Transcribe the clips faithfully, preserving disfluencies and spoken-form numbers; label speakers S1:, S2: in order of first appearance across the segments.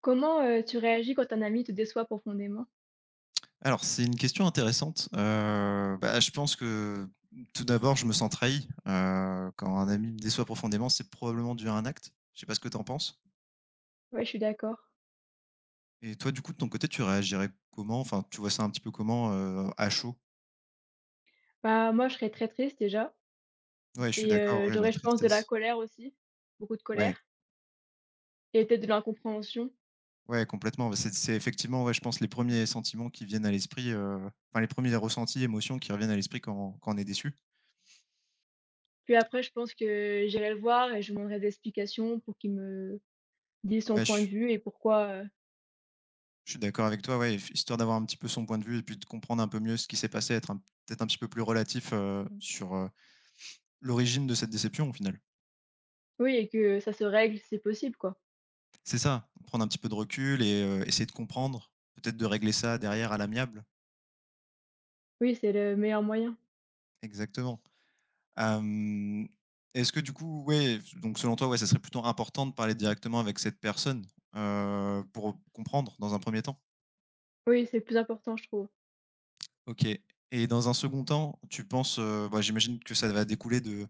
S1: Comment, heu, tu réagis quand un ami te déçoit profondément?
S2: Alors, c'est une question intéressante. Heu, bah, je pense que tout d'abord, je me sens trahi, heu, quand un ami me déçoit profondément, c'est probablement dû à un acte. Je sais pas ce que tu en penses?
S1: Ouais, je suis d'accord.
S2: Et toi, du coup, de ton côté, tu réagirais comment? Enfin, tu vois ça un petit peu comment, heu, à chaud?
S1: Bah, moi, je serais très triste déjà
S2: Ouais, je suis
S1: et
S2: d'accord,
S1: heu,
S2: ouais, la
S1: j'aurais, je pense, de la
S2: tristesse.
S1: colère aussi, beaucoup de
S2: Ouais,
S1: colère et peut-être de l'incompréhension.
S2: ouais, complètement. Bah, c'est c'est effectivement, ouais, je pense les premiers sentiments qui viennent à l'esprit, heu, enfin les premiers ressentis, émotions qui reviennent à l'esprit quand quand on est déçu.
S1: Puis après, je pense que j'irai le voir et je lui demanderai des explications pour qu'il me dise son
S2: Ouais,
S1: point
S2: je
S1: de vue et pourquoi, heu
S2: Je suis d'accord avec toi, ouais, f histoire d'avoir un petit peu son point de vue et puis de comprendre un peu mieux ce qui s'est passé, être un peut-être un petit peu plus relatif, heu, sur, heu, l'origine de cette déception au final.
S1: Oui et que ça se règle si c'est possible, quoi.
S2: C'est ça, prendre un petit peu de recul et heu, essayer de comprendre, peut-être de régler ça derrière à l'amiable.
S1: Oui, c'est le meilleur moyen.
S2: Exactement. Hem, est-ce que du coup, ouais, donc selon toi, ouais, ça serait plutôt important de parler directement avec cette personne, heu, pour comprendre dans un premier temps?
S1: Oui, c'est le plus important, je trouve.
S2: OK, et dans un second temps, tu penses, heu, bah, j'imagine que ça va découler de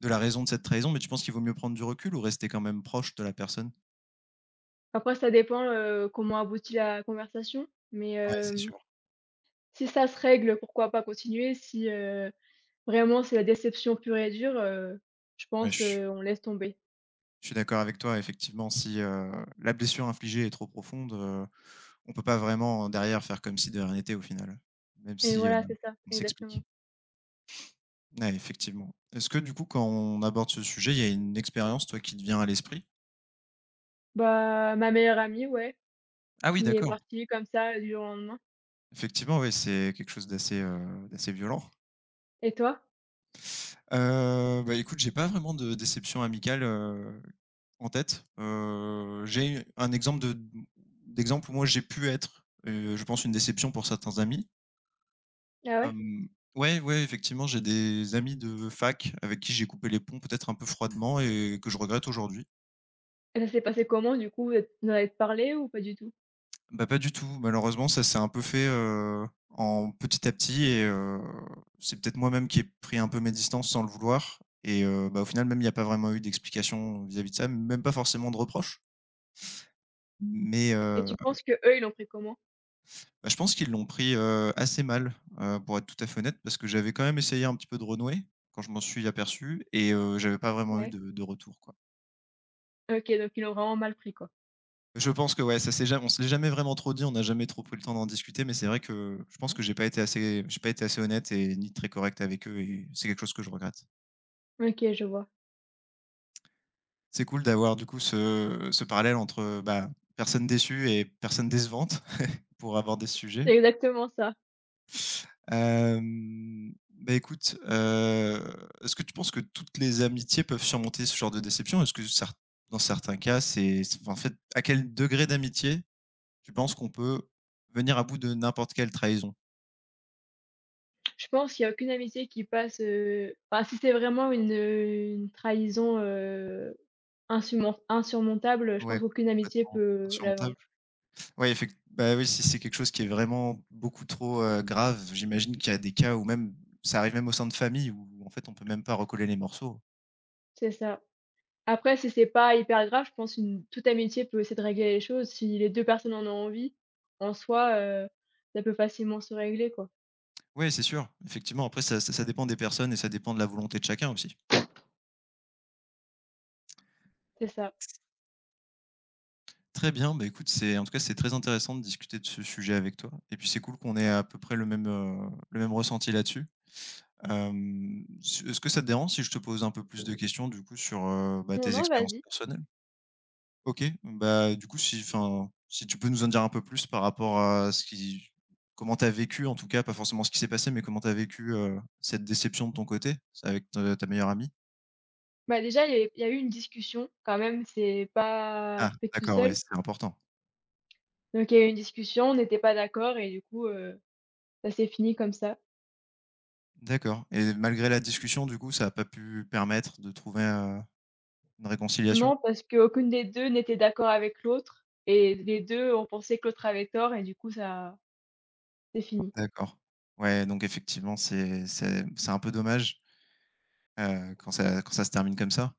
S2: De la raison de cette trahison, mais tu penses qu'il vaut mieux prendre du recul ou rester quand même proche de la personne?
S1: Après, ça dépend, heu, comment aboutit la conversation, mais
S2: Ouais, c'est
S1: hem,
S2: sûr.
S1: si ça se règle, pourquoi pas continuer si, heu Vraiment, c'est la déception pure et dure, heu, je
S2: Ouais, je
S1: pense,
S2: suis
S1: heu, on laisse tomber
S2: je suis d'accord avec toi. Effectivement, si, heu, la blessure infligée est trop profonde, heu, on peut pas vraiment derrière faire comme si de rien n'était au final, même
S1: et
S2: si, heu,
S1: voilà, c'est ça,
S2: on
S1: exactement.
S2: s'explique. Ouais, effectivement. Est-ce que du coup, quand on aborde ce sujet, il y a une expérience, toi, qui te vient à l'esprit?
S1: Bah, ma meilleure amie, ouais,
S2: Ah oui,
S1: qui est
S2: d'accord.
S1: partie comme ça, du jour au lendemain.
S2: Effectivement, oui, c'est quelque chose d'assez, heu, d'assez violent.
S1: Et toi?
S2: Heu, bah, écoute, j'ai pas vraiment de déception amicale, heu, en tête. Heu, j'ai un exemple de d'exemple où moi j'ai pu être, heu, je pense une déception pour certains amis.
S1: Ah ouais?
S2: Hem, ouais, ouais, effectivement, j'ai des amis de fac avec qui j'ai coupé les ponts peut-être un peu froidement et que je regrette aujourd'hui.
S1: Et ça s'est passé comment du coup? Vous êtes vous en avez parlé ou pas du tout?
S2: Bah, pas du tout, malheureusement, ça s'est un peu fait, heu, en petit à petit et heu, c'est peut-être moi-même qui ai pris un peu mes distances sans le vouloir et heu, bah, au final, même il y a pas vraiment eu d'explication vis-à-vis de ça, même pas forcément de reproches. Mais
S1: Et
S2: heu,
S1: tu penses qu'eux, ils l'ont pris comment?
S2: bah, je pense qu'ils l'ont pris, heu, assez mal, heu, pour être tout à fait honnête, parce que j'avais quand même essayé un petit peu de renouer quand je m'en suis aperçu et heu, j'avais pas vraiment eu Mmh.
S1: Ouais.
S2: de de retour, quoi.
S1: OK, donc ils l'ont vraiment mal pris, quoi.
S2: Je pense que ouais, ça s'est ja on se l'est jamais vraiment trop dit, on n'a jamais trop pris le temps d'en discuter, mais c'est vrai que je pense que j'ai pas été assez j'ai pas été assez honnête et ni très correct avec eux et c'est quelque chose que je regrette.
S1: OK, je vois.
S2: C'est cool d'avoir du coup ce ce parallèle entre, bah, personnes déçues et personne décevante pour aborder ce sujet.
S1: C'est exactement ça.
S2: Hem, bah, écoute, heu, est-ce que tu penses que toutes les amitiés peuvent surmonter ce genre de déception? Est-ce que cer dans certains cas, c'est c'est enfin, en fait, à quel degré d'amitié tu penses qu'on peut venir à bout de n'importe quelle trahison?
S1: Je pense qu'il y a aucune amitié qui passe, heu, enfin, si c'est vraiment une, heu, une trahison, heu, insurmon insurmontable, je
S2: Ouais,
S1: pense qu'aucune amitié
S2: complètement
S1: peut la
S2: insurmontable.
S1: vaincre.
S2: Ouais, effect bah, oui, si c'est quelque chose qui est vraiment beaucoup trop, heu, grave, j'imagine qu'il y a des cas où même ça arrive même au sein de famille où en fait, on peut même pas recoller les morceaux.
S1: C'est ça. Après, si c'est pas hyper grave, je pense une toute amitié peut essayer de régler les choses. Si les deux personnes en ont envie, en soi, heu, ça peut facilement se régler, quoi.
S2: Ouais, c'est sûr, effectivement, après ça ça ça dépend des personnes et ça dépend de la volonté de chacun aussi.
S1: C'est ça.
S2: Très bien, bah, écoute, c'est en tout cas, c'est très intéressant de discuter de ce sujet avec toi et puis c'est cool qu'on ait à peu près le même, heu, le même ressenti là-dessus. Hem, ce est-ce que ça te dérange si je te pose un peu plus de questions du coup sur, heu, bah,
S1: Non,
S2: tes
S1: non,
S2: expériences
S1: vas-y.
S2: personnelles? OK, bah, du coup si enfin, si tu peux nous en dire un peu plus par rapport à ce qui comment t'as vécu en tout cas, pas forcément ce qui s'est passé, mais comment t'as vécu, heu, cette déception de ton côté? C'est avec te ta meilleure amie?
S1: Bah, déjà, il y a il y a eu une discussion quand même, c'est pas
S2: Ah
S1: fait tout
S2: d'accord, ouais,
S1: seul.
S2: c'est important.
S1: Donc il y a eu une discussion, on n'était pas d'accord et du coup, heu, ça s'est fini comme ça.
S2: D'accord, et malgré la discussion du coup, ça a pas pu permettre de trouver, heu une réconciliation?
S1: Non, parce qu'aucune des deux n'était d'accord avec l'autre et les deux ont pensé que l'autre avait tort et du coup ça c'est fini.
S2: D'accord. Ouais, donc effectivement, c'est c'est c'est un peu dommage, heu, quand ça quand ça se termine comme ça.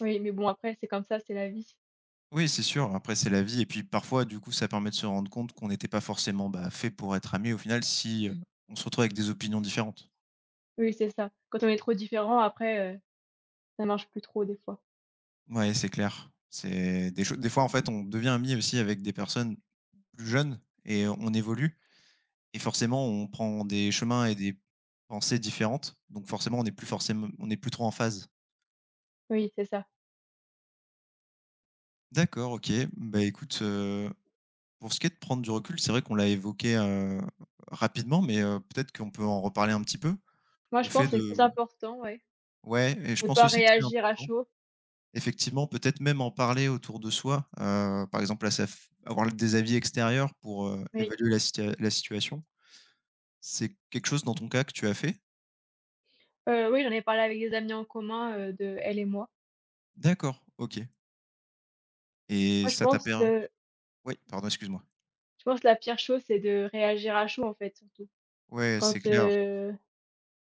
S1: Oui, mais bon après c'est comme ça, c'est la vie.
S2: Oui, c'est sûr, après c'est la vie et puis parfois, du coup, ça permet de se rendre compte qu'on n'était pas forcément, bah, fait pour être amis au final si, heu, Mmh. on se retrouve avec des opinions différentes.
S1: Oui, c'est ça. Quand on est trop différent après, heu, ça marche plus trop des fois.
S2: Ouais, c'est clair. C'est des choses. Des fois, en fait, on devient ami aussi avec des personnes plus jeunes et on évolue et forcément, on prend des chemins et des pensées différentes, donc forcément, on n'est plus forcément on n'est plus trop en phase.
S1: Oui, c'est ça.
S2: D'accord, OK. Bah, écoute, heu Pour ce qui est de prendre du recul, c'est vrai qu'on l'a évoqué, heu, rapidement, mais heu, peut-être qu'on peut en reparler un petit peu.
S1: Moi,
S2: Le
S1: je
S2: fait
S1: pense que c'est le
S2: de
S1: plus important, ouais,
S2: ouais et je
S1: de
S2: pense
S1: pas
S2: aussi que c'est
S1: réagir à
S2: important.
S1: chaud.
S2: Effectivement, peut-être même en parler autour de soi, heu, par exemple à sa f avoir des avis extérieurs pour, heu,
S1: Oui,
S2: évaluer la situa la situation. C'est quelque chose dans ton cas que tu as fait?
S1: heu, oui, j'en ai parlé avec des amis en commun, heu, de elle et moi.
S2: D'accord, OK et
S1: Moi, je
S2: ça t'a
S1: pense
S2: per
S1: le
S2: oui, pardon, excuse-moi.
S1: je pense que la pire chose, c'est de réagir à chaud, en fait, surtout.
S2: Ouais,
S1: Quand,
S2: c'est clair.
S1: heu,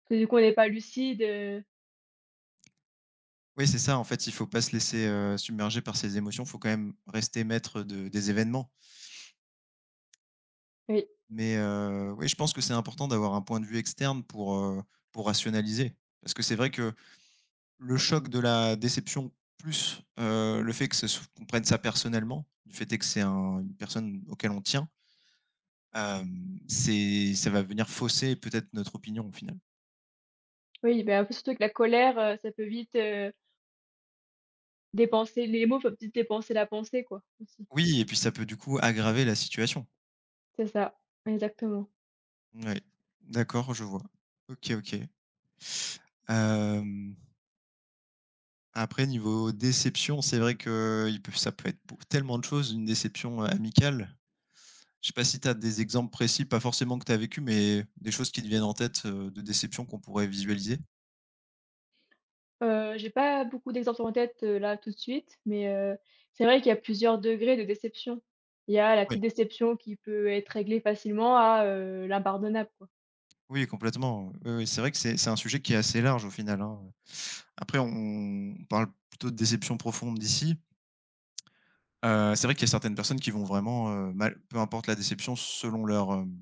S1: que du coup, on n'est pas lucide, heu,
S2: Oui, c'est ça, en fait, il faut pas se laisser, heu, submerger par ses émotions. Il faut quand même rester maître de des événements.
S1: Oui,
S2: Mais heu, oui, je pense que c'est important d'avoir un point de vue externe pour, heu, pour rationaliser. Parce que c'est vrai que le choc de la déception plus, heu, le fait que ce soi qu'on prenne ça personnellement, du fait est que c'est un une personne auquel on tient, hem, c'est ça va venir fausser peut-être notre opinion au final.
S1: oui, ben, un peu surtout que la colère, heu, ça peut vite, heu, dépenser les mots peuvent vite dépenser la pensée, quoi, aussi.
S2: Oui et puis ça peut du coup aggraver la situation.
S1: C'est ça, exactement.
S2: Ouais, d'accord, je vois. OK, OK. Hem, après niveau déception, c'est vrai que il peut ça peut être pour tellement de choses une déception, amicale. Je sais pas si tu as des exemples précis, pas forcément que tu as vécu, mais des choses qui te viennent en tête, heu, de déception qu'on pourrait visualiser?
S1: Heu, j'ai pas beaucoup d'exemples en tête, heu, là, tout de suite, mais heu, c'est vrai qu'il y a plusieurs degrés de déception. Il y a la
S2: Oui,
S1: petite déception qui peut être réglée facilement à, heu, l'impardonnable, quoi.
S2: oui, complètement. Oui, oui, c'est vrai que c'est c'est un sujet qui est assez large au final, hein. Après on on parle plutôt de déception profonde ici. Heu, c'est vrai qu'il y a certaines personnes qui vont vraiment, heu, mal peu importe la déception selon leur, hem,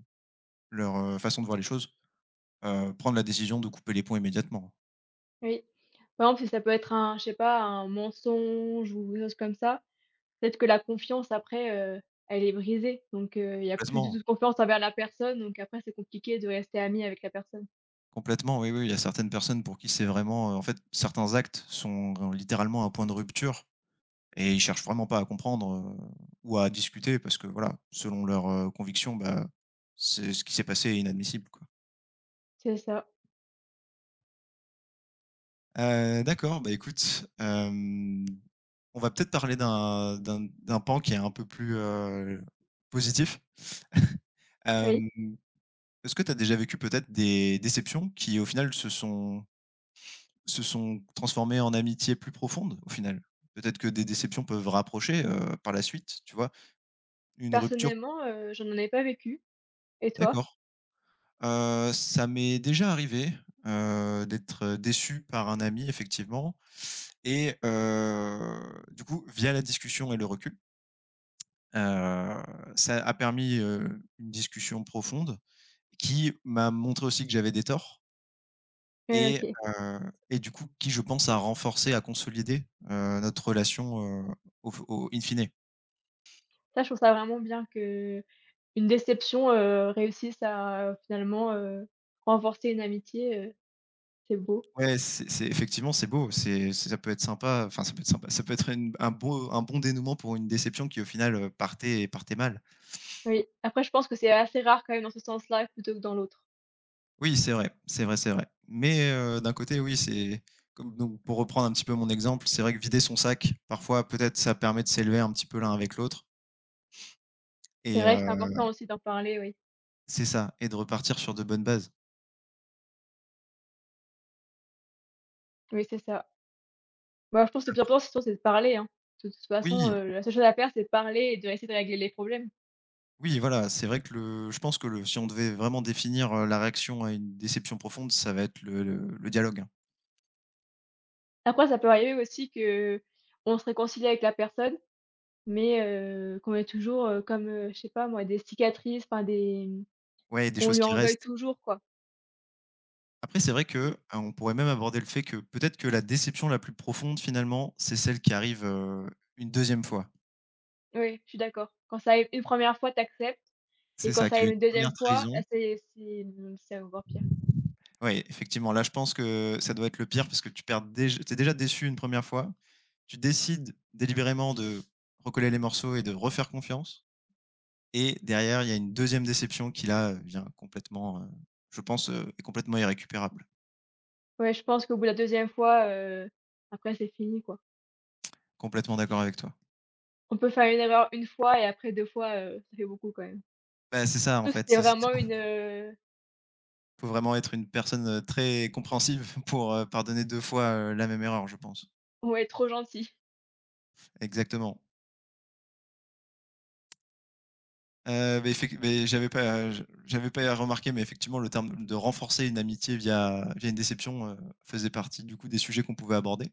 S2: leur, heu, façon de voir les choses, heu, prendre la décision de couper les ponts immédiatement.
S1: Oui. Par exemple, si ça peut être un je sais pas, un mensonge ou quelque chose comme ça, peut-être que la confiance après, heu, elle est brisée, donc heu, il y a plus du tout
S2: Complètement,
S1: de confiance envers la personne, donc après c'est compliqué de rester ami avec la personne.
S2: complètement, oui, oui, il y a certaines personnes pour qui c'est vraiment, heu, en fait, certains actes sont euh, littéralement un point de rupture. Et ils cherchent vraiment pas à comprendre, heu, ou à discuter parce que voilà, selon leurs, heu, convictions, bah, c'est ce qui s'est passé est inadmissible, quoi.
S1: C'est ça,
S2: Heu, d'accord, bah, écoute, hem, on va peut-être parler d'un d'un d'un pan qui est un peu plus, heu, positif.
S1: oui.
S2: Hem, est-ce que tu as déjà vécu peut-être des déceptions qui, au final, se sont se sont transformées en amitiés plus profondes, au final? Peut-être que des déceptions peuvent rapprocher, heu, par la suite, tu vois? Une rupture
S1: Personnellement, heu, je n'en ai pas vécu. Et toi?
S2: d'accord. Heu, ça m'est déjà arrivé, heu, d'être, déçu par un ami effectivement et heu, du coup via la discussion et le recul, heu, ça a permis, heu, une discussion profonde qui m'a montré aussi que j'avais des torts
S1: Ouais,
S2: et
S1: OK.
S2: heu et du coup qui je pense a renforcé, a consolidé, heu, notre relation, heu, au f au in fine.
S1: Ça, je trouve ça vraiment bien que une déception, heu, réussisse à euh, finalement, heu, renforcer une amitié, heu, c'est beau.
S2: Ouais, c'est c'est effectivement c'est beau, c'est c'est ça peut être sympa, enfin ça peut être sympa, ça peut être une un beau un bon dénouement pour une déception qui au final, heu, partait partait mal.
S1: Oui. Après je pense que c'est assez rare quand même dans ce sens-là plutôt que dans l'autre.
S2: Oui, c'est vrai, c'est vrai, c'est vrai. Mais heu, d'un côté, oui, c'est comme donc pour reprendre un petit peu mon exemple, c'est vrai que vider son sac, parfois, peut-être, ça permet de s'élever un petit peu l'un avec l'autre
S1: C'est
S2: et
S1: vrai que c'est
S2: heu
S1: important aussi d'en parler, oui.
S2: c'est ça et de repartir sur de bonnes bases.
S1: Oui, c'est ça. Bah, je pense que le
S2: Ap
S1: plus important, c'est sûr, c'est de parler, hein. De toute façon,
S2: oui,
S1: heu, la seule chose à faire, c'est de parler et de essayer de régler les problèmes.
S2: oui, voilà, c'est vrai que le je pense que le si on devait vraiment définir, heu, la réaction à une déception profonde, ça va être le le le dialogue. Hein.
S1: Après ça peut arriver aussi que on se réconcilie avec la personne, mais heu, qu'on ait toujours, heu, comme, heu, je sais pas moi, des cicatrices, enfin des
S2: Ouais, des
S1: qu'on
S2: choses
S1: lui
S2: qui
S1: en veuille
S2: restent.
S1: toujours, quoi.
S2: Après, c'est vrai que, heu, on pourrait même aborder le fait que, peut-être que la déception la plus profonde, finalement, c'est celle qui arrive, heu, une deuxième fois.
S1: Oui, je suis d'accord. Quand ça arrive une première fois, t'acceptes. Et
S2: C'est
S1: quand
S2: ça,
S1: ça
S2: qu'il y a
S1: arrive
S2: eu
S1: une
S2: une
S1: deuxième
S2: première
S1: fois, ah
S2: trahison.
S1: c'est c'est, mmh, c'est encore pire.
S2: Oui, effectivement, là, je pense que ça doit être le pire parce que tu perds déjà. T'es déjà déçu une première fois. Tu décides délibérément de recoller les morceaux et de refaire confiance, et derrière, il y a une deuxième déception qui là, vient complètement, heu, je pense, heu, est complètement irrécupérable.
S1: Ouais, je pense qu'au bout de la deuxième fois, heu, après c'est fini, quoi.
S2: Complètement d'accord avec toi.
S1: On peut faire une erreur une fois et après deux fois, heu, ça fait beaucoup quand même.
S2: Bah, c'est ça en
S1: Surtout si
S2: fait,
S1: tu
S2: c'est c
S1: vraiment une, heu
S2: faut vraiment être une personne, heu, très compréhensive pour, heu, pardonner deux fois, heu, la même erreur, je pense.
S1: Ouais, trop gentil.
S2: Exactement. Heu, beh, effec beh, j'avais pas j'avais pas remarqué, mais effectivement, le terme de renforcer une amitié via via une déception, heu, faisait partie, du coup, des sujets qu'on pouvait aborder.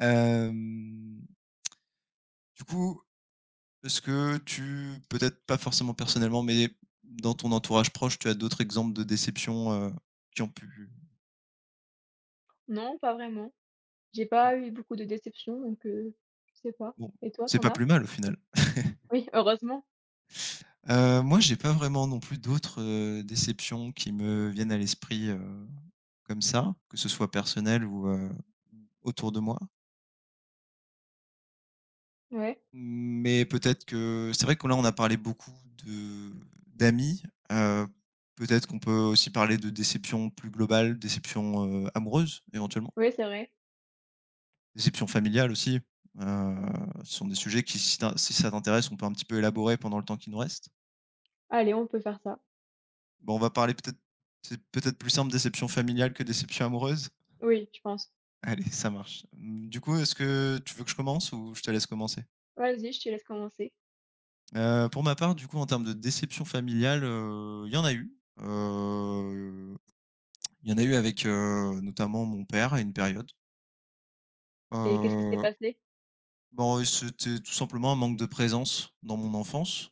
S2: Hem, du coup, est-ce que tu peut-être pas forcément personnellement, mais dans ton entourage proche, tu as d'autres exemples de déceptions, heu, qui ont pu
S1: Non, pas vraiment. J'ai pas eu beaucoup de déceptions donc heu, je sais pas.
S2: bon,
S1: Et toi, tu
S2: c'est
S1: en
S2: pas
S1: as?
S2: plus mal, au final.
S1: Oui, heureusement.
S2: Heu, moi, j'ai pas vraiment non plus d'autres, heu, déceptions qui me viennent à l'esprit, heu, comme ça, que ce soit personnel ou, heu, autour de moi.
S1: Ouais.
S2: Mais peut-être que c'est vrai que là, on a parlé beaucoup de d'amis, heu, peut-être qu'on peut aussi parler de déception plus globale, déception, heu, amoureuse éventuellement,
S1: Oui, c'est vrai.
S2: déception familiale aussi, heu, ce sont des sujets qui si t'in si ça t'intéresse, on peut un petit peu élaborer pendant le temps qui nous reste.
S1: Allez, on peut faire ça.
S2: Bon, on va parler peut-être c'est peut-être plus simple déception familiale que déception amoureuse?
S1: Oui, je pense.
S2: Allez, ça marche. Mmh, du coup, est-ce que tu veux que je commence ou je te laisse commencer?
S1: Vas-y, je te laisse commencer.
S2: Heu, pour ma part, du coup, en termes de déception familiale, heu, il y en a eu. Heu, il y en a eu avec, heu, notamment mon père à une période.
S1: Et qu'est-ce qui s'est
S2: Heu,
S1: passé?
S2: bon, c'était tout simplement un manque de présence dans mon enfance.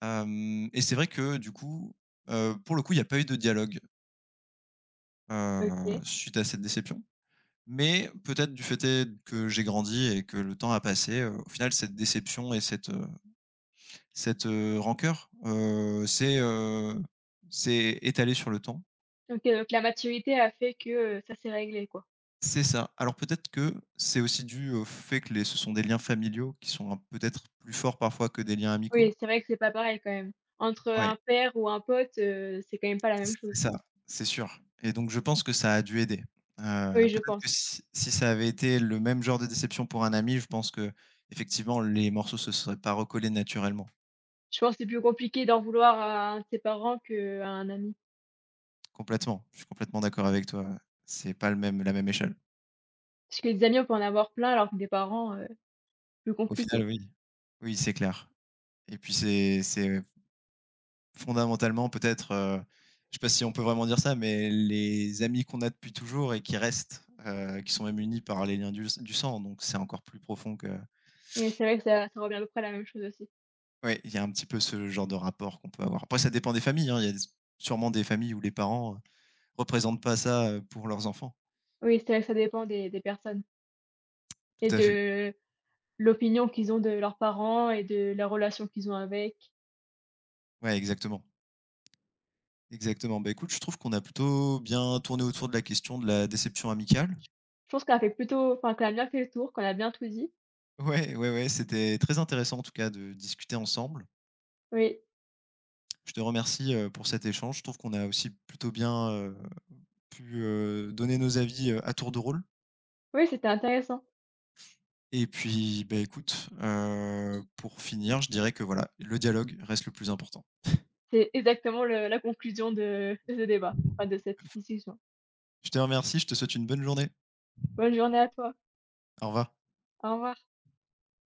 S2: Hem et c'est vrai que du coup, heu, pour le coup, il n'y a pas eu de dialogue, heu,
S1: OK.
S2: suite à cette déception. Mais peut-être du fait est que j'ai grandi et que le temps a passé, heu, au final, cette déception et cette, heu cette, heu, rancœur, heu, c'est heu, s'est étalée sur le temps.
S1: OK, donc la maturité a fait que, heu, ça s'est réglé, quoi.
S2: C'est ça. Alors peut-être que c'est aussi dû au fait que les ce sont des liens familiaux qui sont un- peut-être plus forts parfois que des liens amicaux?
S1: Oui, c'est vrai que c'est pas pareil quand même. Entre
S2: Ouais,
S1: un père ou un pote, heu, c'est quand même pas la même
S2: c'est
S1: chose.
S2: ça, c'est sûr et donc je pense que ça a dû aider. Heu,
S1: Oui, je
S2: peut-être que
S1: pense.
S2: si si ça avait été le même genre de déception pour un ami, je pense que effectivement les morceaux se seraient pas recollés naturellement.
S1: Je pense que c'est plus compliqué d'en vouloir à un de ses parents qu'à un ami.
S2: Complètement, je suis complètement d'accord avec toi, ouais. C'est pas le même la même échelle.
S1: Parce que des amis, on peut en avoir plein, alors que des parents, heu, plus
S2: Au final,
S1: compliqué.
S2: oui, oui, c'est clair et puis c'est c'est fondamentalement, peut-être, heu, je sais pas si on peut vraiment dire ça, mais les amis qu'on a depuis toujours et qui restent, heu, qui sont même unis par les liens du du sang, donc c'est encore plus profond que.
S1: Oui, c'est vrai que ça ça revient à peu près à la même chose aussi.
S2: Oui, il y a un petit peu ce genre de rapport qu'on peut avoir. Après ça dépend des familles, hein, il y a des sûrement des familles où les parents, heu, représentent pas ça, heu, pour leurs enfants.
S1: Oui, c'est vrai que ça dépend des des personnes et
S2: Tout à fait.
S1: de l'opinion qu'ils ont de leurs parents et de la relation qu'ils ont avec.
S2: Ouais, exactement, exactement. Bah, écoute, je trouve qu'on a plutôt bien tourné autour de la question de la déception amicale.
S1: Je pense qu'on a fait plutôt enfin qu'on a bien fait le tour, qu'on a bien tout dit.
S2: Ouais, ouais, ouais, c'était très intéressant en tout cas de discuter ensemble.
S1: Oui.
S2: Je te remercie, heu, pour cet échange. Je trouve qu'on a aussi plutôt bien, heu, pu, heu, donner nos avis, heu, à tour de rôle
S1: Oui, c'était intéressant.
S2: et puis, bah, écoute, heu, pour finir, je dirais que, voilà, le dialogue reste le plus important.
S1: C'est exactement le la conclusion de de ce débat, enfin de cette discussion.
S2: Je te remercie, je te souhaite une bonne journée.
S1: Bonne journée à toi.
S2: Au revoir.
S1: Au revoir.